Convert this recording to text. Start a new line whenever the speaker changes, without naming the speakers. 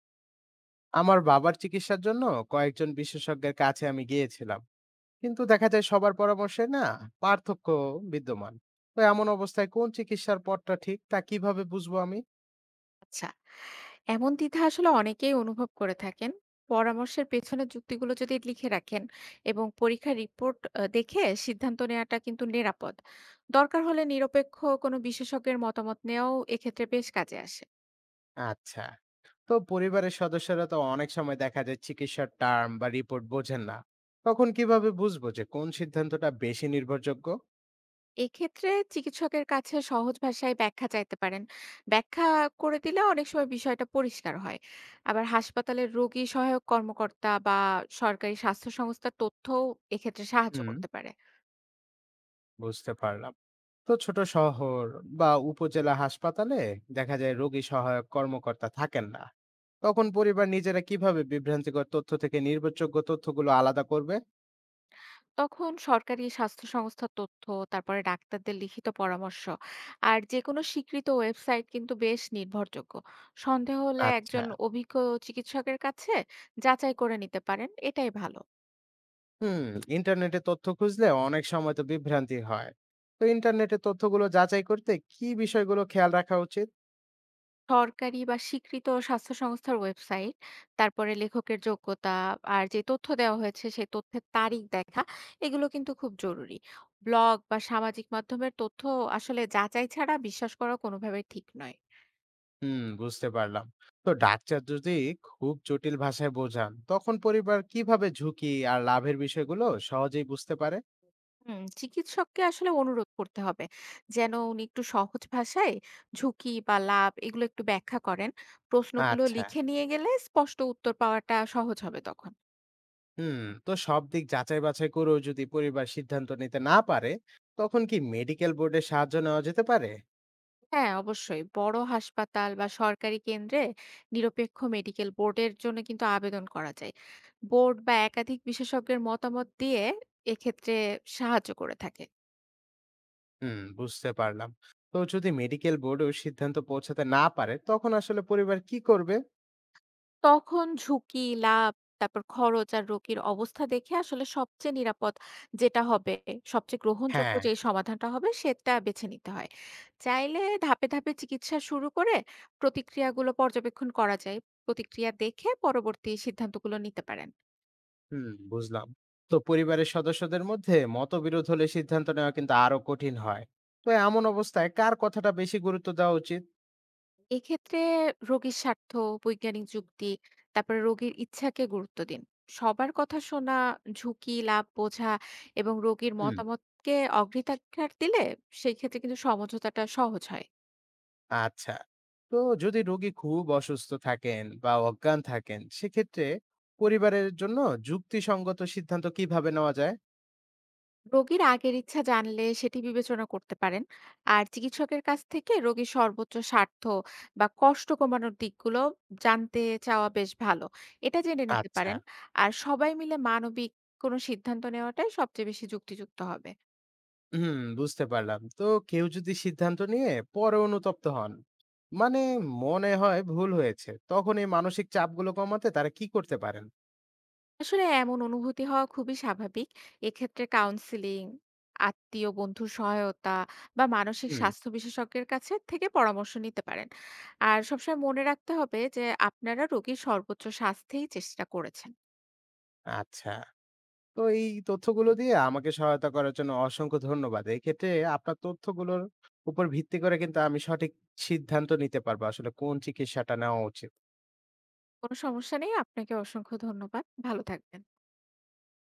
আমার বাবার চিকিৎসার জন্য কয়েকজন বিশেষজ্ঞের কাছে আমি গিয়েছিলাম, কিন্তু দেখা যায় সবার পরামর্শে না পার্থক্য বিদ্যমান। তো এমন অবস্থায় কোন চিকিৎসার পথটা ঠিক তা কিভাবে বুঝবো আমি?
আচ্ছা এমন দ্বিধা আসলে অনেকেই অনুভব করে থাকেন। পরামর্শের পেছনে যুক্তিগুলো যদি লিখে রাখেন এবং পরীক্ষার রিপোর্ট দেখে সিদ্ধান্ত নেওয়াটা কিন্তু নিরাপদ। দরকার হলে নিরপেক্ষ কোনো বিশেষজ্ঞের মতামত নেওয়াও এক্ষেত্রে বেশ কাজে আসে।
আচ্ছা, তো পরিবারের সদস্যরা তো অনেক সময় দেখা যায় চিকিৎসার টার্ম বা রিপোর্ট বোঝেন না, তখন কিভাবে বুঝবো যে কোন সিদ্ধান্তটা বেশি নির্ভরযোগ্য?
এক্ষেত্রে চিকিৎসকের কাছে সহজ ভাষায় ব্যাখ্যা চাইতে পারেন। ব্যাখ্যা করে দিলে অনেক সময় বিষয়টা পরিষ্কার হয়। আবার হাসপাতালের রোগী সহায়ক কর্মকর্তা বা সরকারি স্বাস্থ্য সংস্থার তথ্যও এক্ষেত্রে সাহায্য
হুম,
করতে পারে।
বুঝতে পারলাম। তো ছোট শহর বা উপজেলা হাসপাতালে দেখা যায় রোগী সহায়ক কর্মকর্তা থাকেন না, তখন পরিবার নিজেরা কিভাবে বিভ্রান্তিকর তথ্য থেকে নির্ভরযোগ্য তথ্যগুলো আলাদা করবে?
তখন সরকারি স্বাস্থ্য সংস্থার তথ্য, তারপরে ডাক্তারদের লিখিত পরামর্শ আর যেকোনো স্বীকৃত ওয়েবসাইট কিন্তু বেশ নির্ভরযোগ্য। সন্দেহ হলে
আচ্ছা।
একজন অভিজ্ঞ চিকিৎসকের কাছে যাচাই করে নিতে পারেন, এটাই ভালো।
হুম। ইন্টারনেটে তথ্য খুঁজলে অনেক সময় তো বিভ্রান্তি হয়, তো ইন্টারনেটে তথ্যগুলো যাচাই করতে কি বিষয়গুলো খেয়াল রাখা উচিত?
সরকারি বা স্বীকৃত স্বাস্থ্য সংস্থার ওয়েবসাইট, তারপরে লেখকের যোগ্যতা আর যে তথ্য দেওয়া হয়েছে সেই তথ্যের তারিখ দেখা, এগুলো কিন্তু খুব জরুরি। ব্লগ বা সামাজিক মাধ্যমের তথ্য আসলে যাচাই ছাড়া বিশ্বাস করা কোনোভাবেই ঠিক নয়।
হুম, বুঝতে পারলাম। তো ডাক্তার যদি খুব জটিল ভাষায় বোঝান, তখন পরিবার কিভাবে ঝুঁকি আর লাভের বিষয়গুলো সহজেই বুঝতে পারে?
হুম, চিকিৎসককে আসলে অনুরোধ করতে হবে যেন উনি একটু সহজ ভাষায় ঝুঁকি বা লাভ এগুলো একটু ব্যাখ্যা করেন। প্রশ্নগুলো
আচ্ছা।
লিখে নিয়ে গেলে স্পষ্ট উত্তর পাওয়াটা সহজ হবে তখন।
হুম। তো সব দিক যাচাই বাছাই করেও যদি পরিবার সিদ্ধান্ত নিতে না পারে, তখন কি মেডিকেল বোর্ডের সাহায্য নেওয়া যেতে পারে?
হ্যাঁ, অবশ্যই বড় হাসপাতাল বা সরকারি কেন্দ্রে নিরপেক্ষ মেডিকেল বোর্ডের জন্য কিন্তু আবেদন করা যায়। বোর্ড বা একাধিক বিশেষজ্ঞের মতামত দিয়ে এক্ষেত্রে সাহায্য করে থাকে।
হুম, বুঝতে পারলাম। তো যদি মেডিকেল বোর্ডেও সিদ্ধান্ত পৌঁছাতে না পারে, তখন আসলে পরিবার কি করবে?
তখন ঝুঁকি, লাভ, তারপর খরচ আর রোগীর অবস্থা দেখে আসলে সবচেয়ে নিরাপদ যেটা হবে, সবচেয়ে গ্রহণযোগ্য
হ্যাঁ।
যে সমাধানটা হবে সেটা বেছে নিতে হয়। চাইলে ধাপে, ধাপে চিকিৎসা শুরু করে প্রতিক্রিয়াগুলো পর্যবেক্ষণ করা যায়। প্রতিক্রিয়া দেখে পরবর্তী সিদ্ধান্তগুলো নিতে পারেন।
হুম, বুঝলাম। তো পরিবারের সদস্যদের মধ্যে মতবিরোধ হলে সিদ্ধান্ত নেওয়া কিন্তু আরো কঠিন হয়, তো এমন অবস্থায় কার কথাটা বেশি গুরুত্ব দেওয়া উচিত?
এক্ষেত্রে রোগীর স্বার্থ, বৈজ্ঞানিক যুক্তি, তারপরে রোগীর ইচ্ছাকে গুরুত্ব দিন। সবার কথা শোনা, ঝুঁকি, লাভ বোঝা এবং রোগীর
হুম।
মতামতকে অগ্রাধিকার দিলে সেই ক্ষেত্রে কিন্তু সমঝোতাটা সহজ হয়।
আচ্ছা। তো যদি রোগী খুব অসুস্থ থাকেন বা অজ্ঞান থাকেন, সেক্ষেত্রে পরিবারের জন্য যুক্তিসঙ্গত সিদ্ধান্ত কিভাবে নেওয়া যায়?
রোগীর আগের ইচ্ছা জানলে সেটি বিবেচনা করতে পারেন। আর চিকিৎসকের কাছ থেকে রোগীর সর্বোচ্চ স্বার্থ বা কষ্ট কমানোর দিকগুলো জানতে চাওয়া বেশ ভালো। এটা জেনে নিতে
আচ্ছা।
পারেন। আর সবাই মিলে মানবিক কোনো সিদ্ধান্ত নেওয়াটাই সবচেয়ে বেশি যুক্তিযুক্ত হবে।
হুম, বুঝতে পারলাম। তো কেউ যদি সিদ্ধান্ত নিয়ে পরে অনুতপ্ত হন, মানে মনে হয় ভুল হয়েছে, তখন এই মানসিক চাপগুলো কমাতে তারা কি করতে পারেন?
আসলে এমন অনুভূতি হওয়া খুবই স্বাভাবিক। এক্ষেত্রে কাউন্সেলিং, আত্মীয় বন্ধুর সহায়তা বা মানসিক
হুম।
স্বাস্থ্য বিশেষজ্ঞের কাছে থেকে পরামর্শ নিতে পারেন। আর সবসময় মনে রাখতে হবে যে আপনারা রোগীর সর্বোচ্চ স্বাস্থ্যেই চেষ্টা করেছেন।
আচ্ছা। তো এই তথ্যগুলো দিয়ে আমাকে সহায়তা করার জন্য অসংখ্য ধন্যবাদ। এক্ষেত্রে আপনার তথ্যগুলোর উপর ভিত্তি করে কিন্তু আমি সঠিক সিদ্ধান্ত নিতে পারবো আসলে কোন চিকিৎসাটা নেওয়া উচিত।
কোনো সমস্যা নেই। আপনাকে অসংখ্য ধন্যবাদ। ভালো থাকবেন।